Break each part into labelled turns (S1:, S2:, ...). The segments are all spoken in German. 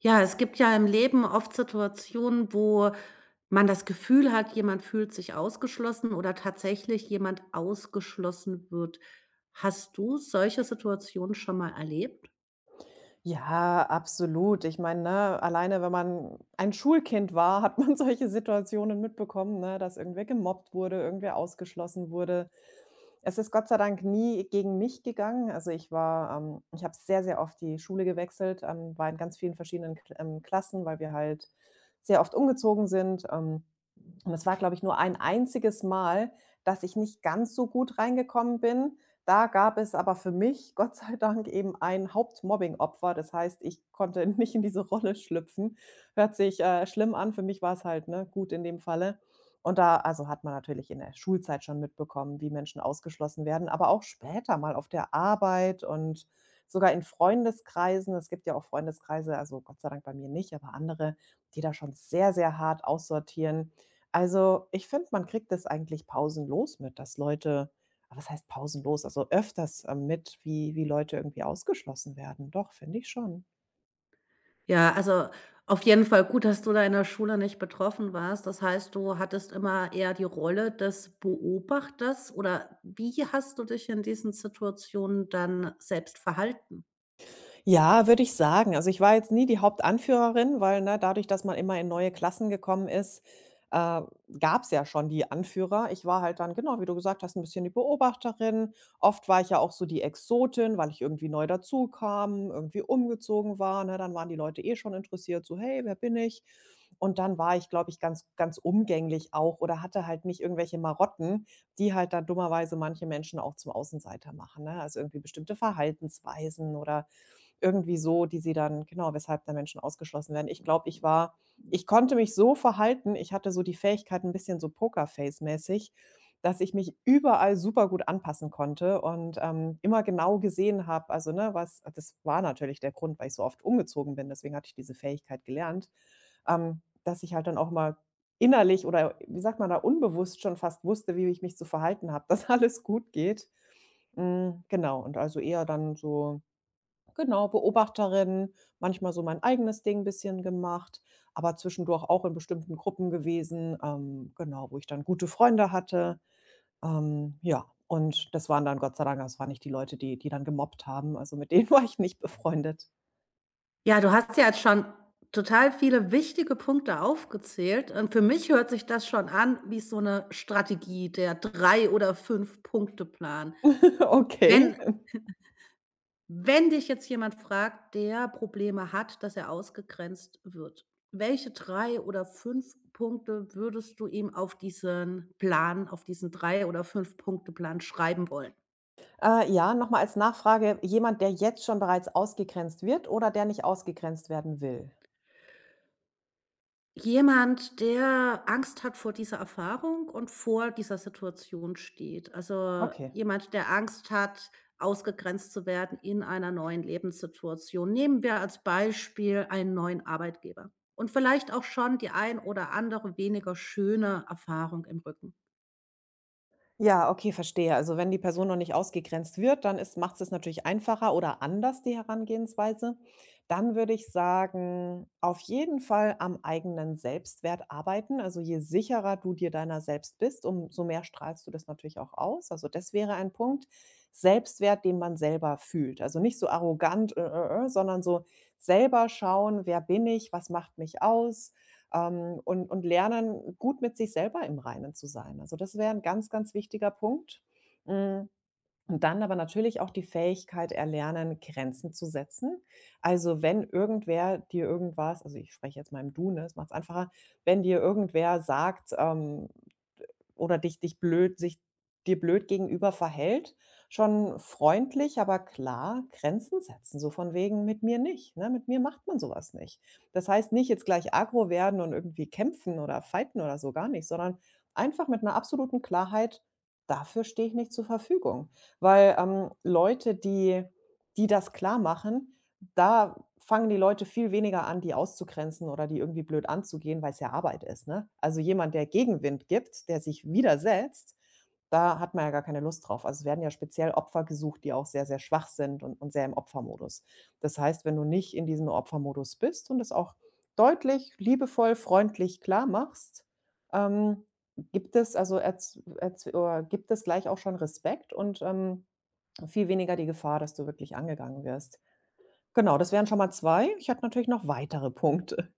S1: Ja, es gibt ja im Leben oft Situationen, wo man das Gefühl hat, jemand fühlt sich ausgeschlossen oder tatsächlich jemand ausgeschlossen wird. Hast du solche Situationen schon mal erlebt?
S2: Ja, absolut. Ich meine, ne, alleine wenn man ein Schulkind war, hat man solche Situationen mitbekommen, ne, dass irgendwer gemobbt wurde, irgendwer ausgeschlossen wurde. Es ist Gott sei Dank nie gegen mich gegangen. Also ich habe sehr, sehr oft die Schule gewechselt, war in ganz vielen verschiedenen Kl Klassen, weil wir halt sehr oft umgezogen sind, und es war, glaube ich, nur ein einziges Mal, dass ich nicht ganz so gut reingekommen bin. Da gab es aber für mich, Gott sei Dank, eben ein Hauptmobbing-Opfer. Das heißt, ich konnte nicht in diese Rolle schlüpfen. Hört sich, schlimm an. Für mich war es halt, ne, gut in dem Falle. Und da also hat man natürlich in der Schulzeit schon mitbekommen, wie Menschen ausgeschlossen werden, aber auch später mal auf der Arbeit und sogar in Freundeskreisen. Es gibt ja auch Freundeskreise, also Gott sei Dank bei mir nicht, aber andere, die da schon sehr, sehr hart aussortieren. Also, ich finde, man kriegt das eigentlich pausenlos mit, dass Leute ah, was heißt pausenlos? Also, öfters, wie Leute irgendwie ausgeschlossen werden. Doch, finde ich schon.
S1: Ja, also auf jeden Fall gut, dass du da in der Schule nicht betroffen warst. Das heißt, du hattest immer eher die Rolle des Beobachters oder wie hast du dich in diesen Situationen dann selbst verhalten?
S2: Ja, würde ich sagen. Also, ich war jetzt nie die Hauptanführerin, weil, ne, dadurch, dass man immer in neue Klassen gekommen ist, äh, gab's ja schon die Anführer. Ich war halt dann, genau wie du gesagt hast, ein bisschen die Beobachterin. Oft war ich ja auch so die Exotin, weil ich irgendwie neu dazukam, irgendwie umgezogen war, ne? Dann waren die Leute eh schon interessiert, so: „Hey, wer bin ich?“ Und dann war ich, glaube ich, ganz ganz umgänglich auch oder hatte halt nicht irgendwelche Marotten, die halt dann dummerweise manche Menschen auch zum Außenseiter machen, ne? Also, irgendwie bestimmte Verhaltensweisen oder irgendwie so, die sie dann genau, weshalb dann Menschen ausgeschlossen werden. Ich konnte mich so verhalten, ich hatte so die Fähigkeit, ein bisschen so Pokerface-mäßig, dass ich mich überall super gut anpassen konnte und, immer genau gesehen habe, also, ne, was das war natürlich der Grund, weil ich so oft umgezogen bin, deswegen hatte ich diese Fähigkeit gelernt, dass ich halt dann auch mal innerlich oder wie sagt man da, unbewusst schon fast wusste, wie ich mich zu verhalten habe, dass alles gut geht. Hm, genau, und also eher dann so, genau, Beobachterin, manchmal so mein eigenes Ding ein bisschen gemacht, aber zwischendurch auch in bestimmten Gruppen gewesen, genau, wo ich dann gute Freunde hatte. Ja, und das waren dann Gott sei Dank das waren nicht die Leute, die die dann gemobbt haben. Also, mit denen war ich nicht befreundet.
S1: Ja, du hast ja jetzt schon total viele wichtige Punkte aufgezählt und für mich hört sich das schon an wie so eine Strategie, der 3 oder 5 Punkte-Plan.
S2: Okay.
S1: Wenn wenn dich jetzt jemand fragt, der Probleme hat, dass er ausgegrenzt wird, welche 3 oder 5 Punkte würdest du ihm auf diesen Plan auf diesen 3 oder 5 Punkte-Plan schreiben wollen?
S2: Ja, nochmal als Nachfrage: jemand, der jetzt schon bereits ausgegrenzt wird, oder der nicht ausgegrenzt werden will?
S1: Jemand, der Angst hat vor dieser Erfahrung und vor dieser Situation steht. Also,
S2: Okay.
S1: jemand, der Angst hat, ausgegrenzt zu werden in einer neuen Lebenssituation. Nehmen wir als Beispiel einen neuen Arbeitgeber und vielleicht auch schon die ein oder andere weniger schöne Erfahrung im Rücken.
S2: Ja, okay, verstehe. Also wenn die Person noch nicht ausgegrenzt wird, dann macht es natürlich einfacher oder anders die Herangehensweise. Dann würde ich sagen, auf jeden Fall am eigenen Selbstwert arbeiten. Also je sicherer du dir deiner selbst bist, umso mehr strahlst du das natürlich auch aus. Also das wäre ein Punkt. Selbstwert, den man selber fühlt. Also nicht so arrogant, sondern so selber schauen, wer bin ich, was macht mich aus, und lernen, gut mit sich selber im Reinen zu sein. Also das wäre ein ganz, ganz wichtiger Punkt. Hm, und dann aber natürlich auch die Fähigkeit erlernen, Grenzen zu setzen. Also, wenn irgendwer dir irgendwas also, ich spreche jetzt mal im Du, ne, das macht es einfacher, wenn dir irgendwer sagt, oder dich dich blöd sich dir blöd gegenüber verhält, schon freundlich, aber klar Grenzen setzen, so von wegen: „Mit mir nicht“, ne? Mit mir macht man sowas nicht. Das heißt nicht, jetzt gleich aggro werden und irgendwie kämpfen oder fighten oder so, gar nicht, sondern einfach mit einer absoluten Klarheit: „Dafür stehe ich nicht zur Verfügung.“ Weil, Leute, die die das klar machen, da fangen die Leute viel weniger an, die auszugrenzen oder die irgendwie blöd anzugehen, weil es ja Arbeit ist, ne? Also, jemand, der Gegenwind gibt, der sich widersetzt, da hat man ja gar keine Lust drauf. Also, es werden ja speziell Opfer gesucht, die auch sehr, sehr schwach sind und sehr im Opfermodus. Das heißt, wenn du nicht in diesem Opfermodus bist und das auch deutlich, liebevoll, freundlich klarmachst, ähm, gibt es also erz erz oder gibt es gleich auch schon Respekt und, viel weniger die Gefahr, dass du wirklich angegangen wirst. Genau, das wären schon mal 2. Ich hatte natürlich noch weitere Punkte.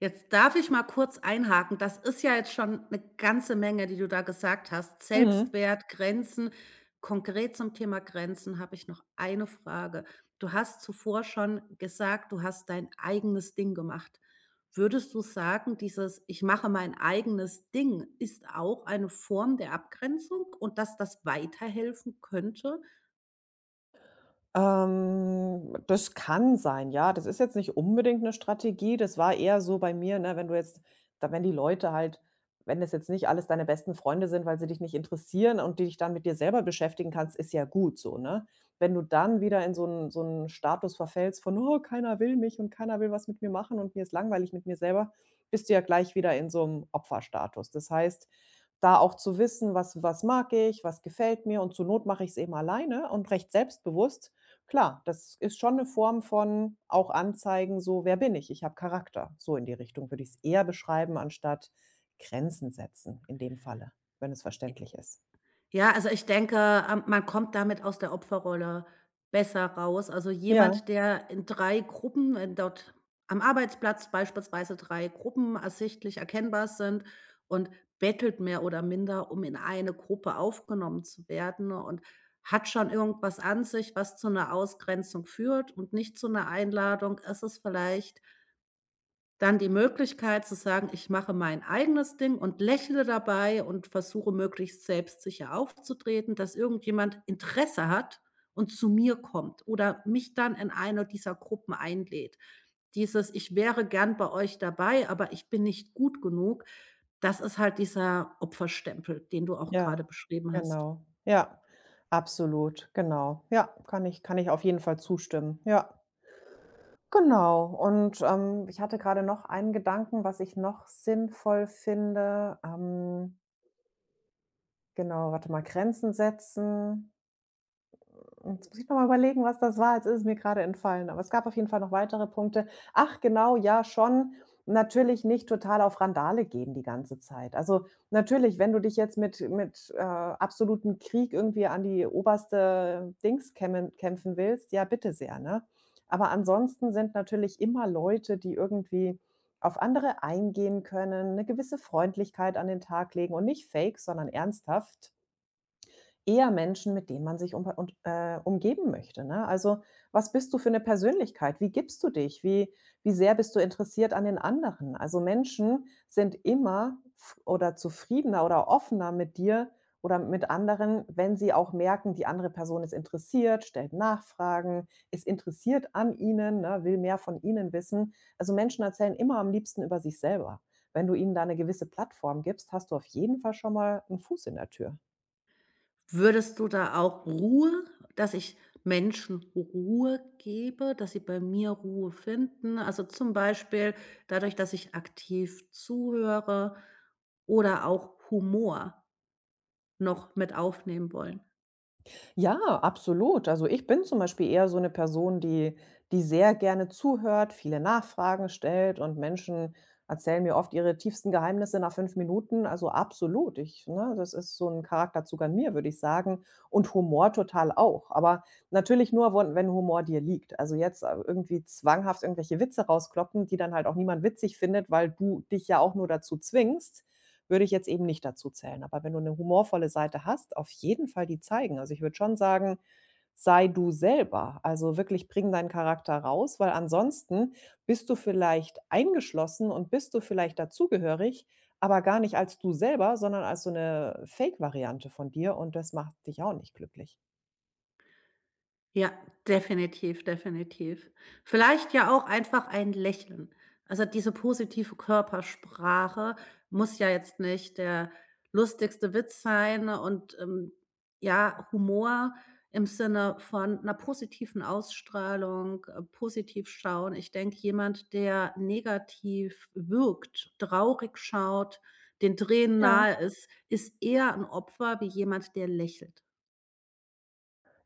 S1: Jetzt darf ich mal kurz einhaken. Das ist ja jetzt schon eine ganze Menge, die du da gesagt hast.
S2: Mhm.
S1: Selbstwert, Grenzen. Konkret zum Thema Grenzen habe ich noch eine Frage. Du hast zuvor schon gesagt, du hast dein eigenes Ding gemacht. Würdest du sagen, dieses „Ich mache mein eigenes Ding“ ist auch eine Form der Abgrenzung und dass das weiterhelfen könnte?
S2: Das kann sein, ja. Das ist jetzt nicht unbedingt eine Strategie. Das war eher so bei mir, ne, wenn du jetzt da wenn die Leute halt wenn das jetzt nicht alles deine besten Freunde sind, weil sie dich nicht interessieren und die dich dann mit dir selber beschäftigen kannst, ist ja gut so, ne? Wenn du dann wieder in so 'n Status verfällst von: „Oh, keiner will mich und keiner will was mit mir machen und mir ist langweilig mit mir selber“, bist du ja gleich wieder in so einem Opferstatus. Das heißt, da auch zu wissen: „Was mag ich, was gefällt mir, und zur Not mache ich es eben alleine und recht selbstbewusst.“ Klar, das ist schon 'ne Form von auch anzeigen, so: „Wer bin ich? Ich habe Charakter.“ So in die Richtung würde ich's eher beschreiben, anstatt Grenzen setzen, in dem Falle, wenn es verständlich ist.
S1: Ja, also ich denke, man kommt damit aus der Opferrolle besser raus. Also
S2: Ja,
S1: jemand, der in 3 Gruppen wenn dort am Arbeitsplatz beispielsweise 3 Gruppen ersichtlich erkennbar sind und bettelt mehr oder minder, um in eine Gruppe aufgenommen zu werden und hat schon irgendwas an sich, was zu einer Ausgrenzung führt und nicht zu einer Einladung, ist es vielleicht dann die Möglichkeit zu sagen: „Ich mache mein eigenes Ding und lächle dabei und versuche möglichst selbstsicher aufzutreten, dass irgendjemand Interesse hat und zu mir kommt oder mich dann in eine dieser Gruppen einlädt.“ Dieses: „Ich wäre gern bei euch dabei, aber ich bin nicht gut genug“, das ist halt dieser Opferstempel, den du auch
S2: ja,
S1: gerade beschrieben hast.
S2: genau. Ja, absolut, genau. Ja, kann ich auf jeden Fall zustimmen, ja. Genau und, ich hatte grade noch einen Gedanken, was ich noch sinnvoll finde. Genau, warte mal, Grenzen setzen. Jetzt muss ich noch mal überlegen, was das war. Jetzt ist es mir gerade entfallen, aber es gab auf jeden Fall noch weitere Punkte. Ach genau, ja schon. Natürlich nicht total auf Randale gehen die ganze Zeit. Also, natürlich, wenn du dich jetzt mit absolutem Krieg irgendwie an die oberste Dings kämmen kämpfen willst, ja bitte sehr, ne? Aber ansonsten sind natürlich immer Leute, die irgendwie auf andere eingehen können, eine gewisse Freundlichkeit an den Tag legen und nicht fake, sondern ernsthaft, eher Menschen, mit denen man sich umgeben möchte, ne? Also, was bist du für eine Persönlichkeit? Wie gibst du dich? Wie sehr bist du interessiert an den anderen? Also, Menschen sind immer f oder zufriedener oder offener mit dir oder mit anderen, wenn sie auch merken, die andere Person ist interessiert, stellt Nachfragen, ist interessiert an ihnen, ne, will mehr von ihnen wissen. Also, Menschen erzählen immer am liebsten über sich selber. Wenn du ihnen da eine gewisse Plattform gibst, hast du auf jeden Fall schon mal einen Fuß in der Tür.
S1: Würdest du da auch Ruhe, dass ich Menschen Ruhe gebe, dass sie bei mir Ruhe finden? Also, zum Beispiel dadurch, dass ich aktiv zuhöre oder auch Humor noch mit aufnehmen wollen?
S2: Ja, absolut. Also ich bin zum Beispiel eher so eine Person, die sehr gerne zuhört, viele Nachfragen stellt, und Menschen erzählen mir oft ihre tiefsten Geheimnisse nach 5 Minuten. Also absolut. Ich, ne, das ist so ein Charakterzug an mir, würde ich sagen. Und Humor total auch. Aber natürlich nur, won wenn Humor dir liegt. Also jetzt, irgendwie zwanghaft irgendwelche Witze rauskloppen, die dann halt auch niemand witzig findet, weil du dich ja auch nur dazu zwingst, würde ich jetzt eben nicht dazu zählen. Aber wenn du eine humorvolle Seite hast, auf jeden Fall die zeigen. Also, ich würde schon sagen: „Sei du selber.“ Also, wirklich bring deinen Charakter raus, weil ansonsten bist du vielleicht eingeschlossen und bist du vielleicht dazugehörig, aber gar nicht als du selber, sondern als so eine Fake-Variante von dir, und das macht dich auch nicht glücklich.
S1: Ja, definitiv, definitiv. Vielleicht ja auch einfach ein Lächeln. Also, diese positive Körpersprache muss ja jetzt nicht der lustigste Witz sein und, ja, Humor im Sinne von einer positiven Ausstrahlung, positiv schauen. Ich denke, jemand, der negativ wirkt, traurig schaut, den Tränen
S2: Ja.
S1: nahe ist, ist eher ein Opfer wie jemand, der lächelt.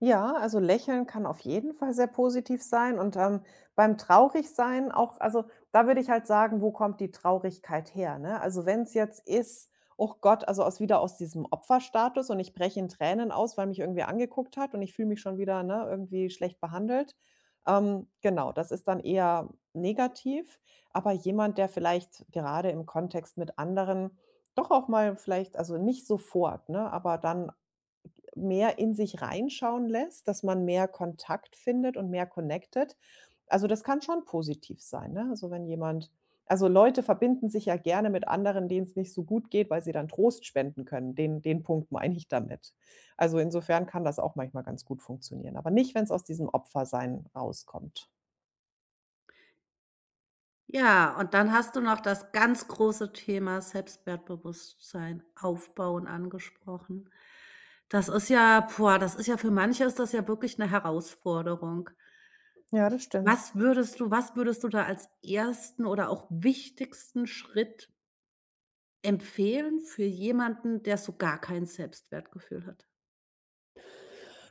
S2: Ja, also lächeln kann auf jeden Fall sehr positiv sein, und, beim Traurigsein auch. Also, da würde ich halt sagen, wo kommt die Traurigkeit her, ne? Also, wenn es jetzt ist: „Oh Gott“, also aus wieder aus diesem Opferstatus und ich breche in Tränen aus, weil mich irgendwer angeguckt hat und ich fühle mich schon wieder, ne, irgendwie schlecht behandelt. Genau, das ist dann eher negativ. Aber jemand, der vielleicht gerade im Kontext mit anderen doch auch mal vielleicht, also nicht sofort, ne, aber dann mehr in sich reinschauen lässt, dass man mehr Kontakt findet und mehr connected. Also, das kann schon positiv sein, ne? Also, wenn jemand, also, Leute verbinden sich ja gerne mit anderen, denen es nicht so gut geht, weil sie dann Trost spenden können. Den Punkt meine ich damit. Also, insofern kann das auch manchmal ganz gut funktionieren, aber nicht, wenn es aus diesem Opfersein rauskommt.
S1: Ja, und dann hast du noch das ganz große Thema Selbstwertbewusstsein aufbauen angesprochen. Das ist ja boah, das ist ja für manche ist das ja wirklich eine Herausforderung.
S2: Ja, das stimmt.
S1: Was würdest du da als ersten oder auch wichtigsten Schritt empfehlen für jemanden, der so gar kein Selbstwertgefühl hat?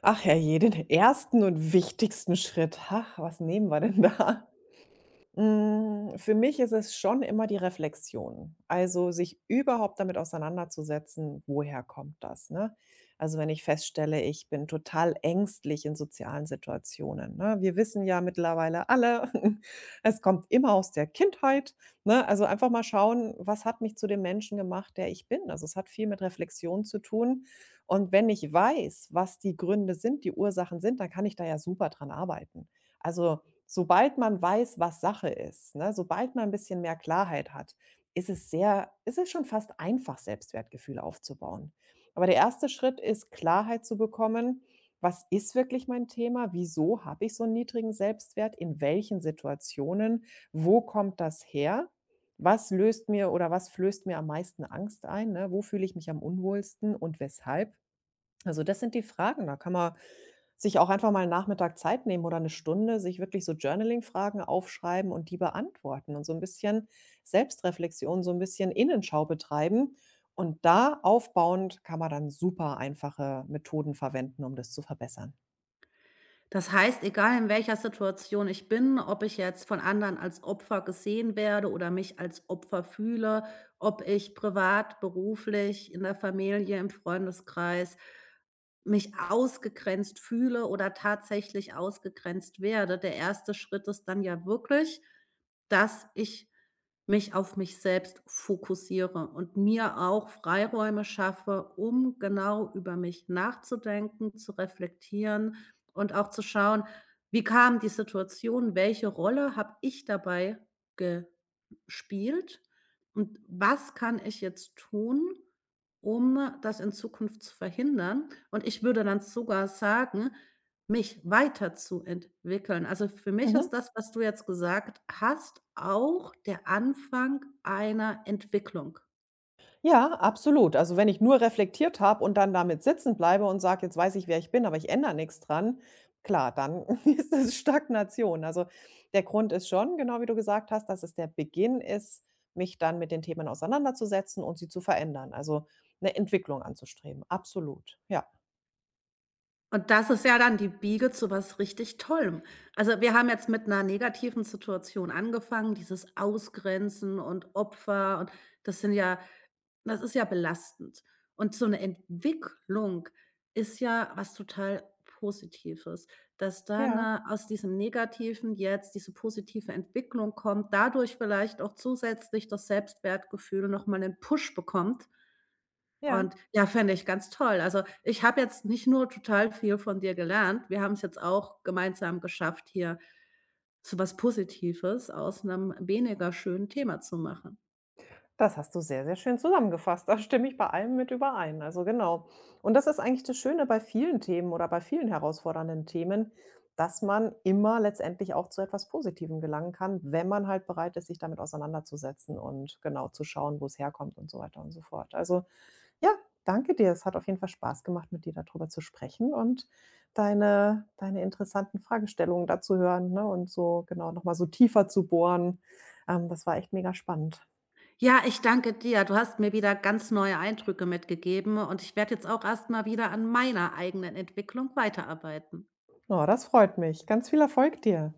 S2: Ach herrje, den ersten und wichtigsten Schritt. Ach, was nehmen wir denn da? Hm, für mich ist es schon immer die Reflexion. Also, sich überhaupt damit auseinanderzusetzen, woher kommt das, ne? Also, wenn ich feststelle, ich bin total ängstlich in sozialen Situationen, ne? Wir wissen ja mittlerweile alle, es kommt immer aus der Kindheit, ne? Also, einfach mal schauen, was hat mich zu dem Menschen gemacht, der ich bin? Also, es hat viel mit Reflexion zu tun. Und wenn ich weiß, was die Gründe sind, die Ursachen sind, dann kann ich da ja super dran arbeiten. Also, sobald man weiß, was Sache ist, ne, sobald man ein bisschen mehr Klarheit hat, ist es sehr, ist es schon fast einfach, Selbstwertgefühl aufzubauen. Aber der erste Schritt ist, Klarheit zu bekommen: „Was ist wirklich mein Thema? Wieso habe ich so einen niedrigen Selbstwert? In welchen Situationen? Wo kommt das her? Was löst mir oder was flößt mir am meisten Angst ein, ne? Wo fühle ich mich am unwohlsten und weshalb?“ Also, das sind die Fragen. Da kann man sich auch einfach mal 'n Nachmittag Zeit nehmen oder eine Stunde, sich wirklich so Journaling-Fragen aufschreiben und die beantworten und so ein bisschen Selbstreflexion, so ein bisschen Innenschau betreiben. Und da aufbauend kann man dann super einfache Methoden verwenden, um das zu verbessern.
S1: Das heißt, egal in welcher Situation ich bin, ob ich jetzt von anderen als Opfer gesehen werde oder mich als Opfer fühle, ob ich privat, beruflich, in der Familie, im Freundeskreis mich ausgegrenzt fühle oder tatsächlich ausgegrenzt werde. Der erste Schritt ist dann ja wirklich, dass ich mich auf mich selbst fokussiere und mir auch Freiräume schaffe, um genau über mich nachzudenken, zu reflektieren und auch zu schauen, wie kam die Situation, welche Rolle habe ich dabei gespielt und was kann ich jetzt tun, um das in Zukunft zu verhindern? Und ich würde dann sogar sagen, mich weiterzuentwickeln. Also für mich ist
S2: Mhm.
S1: das, was du jetzt gesagt hast, auch der Anfang einer Entwicklung.
S2: Ja, absolut. Also, wenn ich nur reflektiert habe und dann damit sitzen bleibe und sage: „Jetzt weiß ich, wer ich bin, aber ich ändere nichts dran“, klar, dann ist es Stagnation. Also, der Grund ist schon, genau wie du gesagt hast, dass es der Beginn ist, mich dann mit den Themen auseinanderzusetzen und sie zu verändern, also eine Entwicklung anzustreben. Absolut, ja.
S1: Und das ist ja dann die Biege zu was richtig Tollem. Also, wir haben jetzt mit 'ner negativen Situation angefangen, dieses Ausgrenzen und Opfer und das sind ja das ist ja belastend. Und so 'ne Entwicklung ist ja was total Positives, dass dann,
S2: Ja,
S1: aus diesem Negativen jetzt diese positive Entwicklung kommt, dadurch vielleicht auch zusätzlich das Selbstwertgefühl noch mal 'nen Push bekommt.
S2: ja.
S1: Und ja, fände ich ganz toll. Also, ich habe jetzt nicht nur total viel von dir gelernt, wir haben es jetzt auch gemeinsam geschafft, hier so was Positives aus einem weniger schönen Thema zu machen.
S2: Das hast du sehr, sehr schön zusammengefasst. Da stimme ich bei allem mit überein. Also genau. Und das ist eigentlich das Schöne bei vielen Themen oder bei vielen herausfordernden Themen, dass man immer letztendlich auch zu etwas Positivem gelangen kann, wenn man halt bereit ist, sich damit auseinanderzusetzen und genau zu schauen, wo es herkommt, und so weiter und so fort. Also ja, danke dir. Es hat auf jeden Fall Spaß gemacht, mit dir darüber zu sprechen und deine interessanten Fragestellungen dazu hören, ne, und so genau nochmal so tiefer zu bohren. Das war echt mega spannend.
S1: Ja, ich danke dir. Du hast mir wieder ganz neue Eindrücke mitgegeben und ich werde jetzt auch erst mal wieder an meiner eigenen Entwicklung weiterarbeiten.
S2: Oh, das freut mich. Ganz viel Erfolg dir.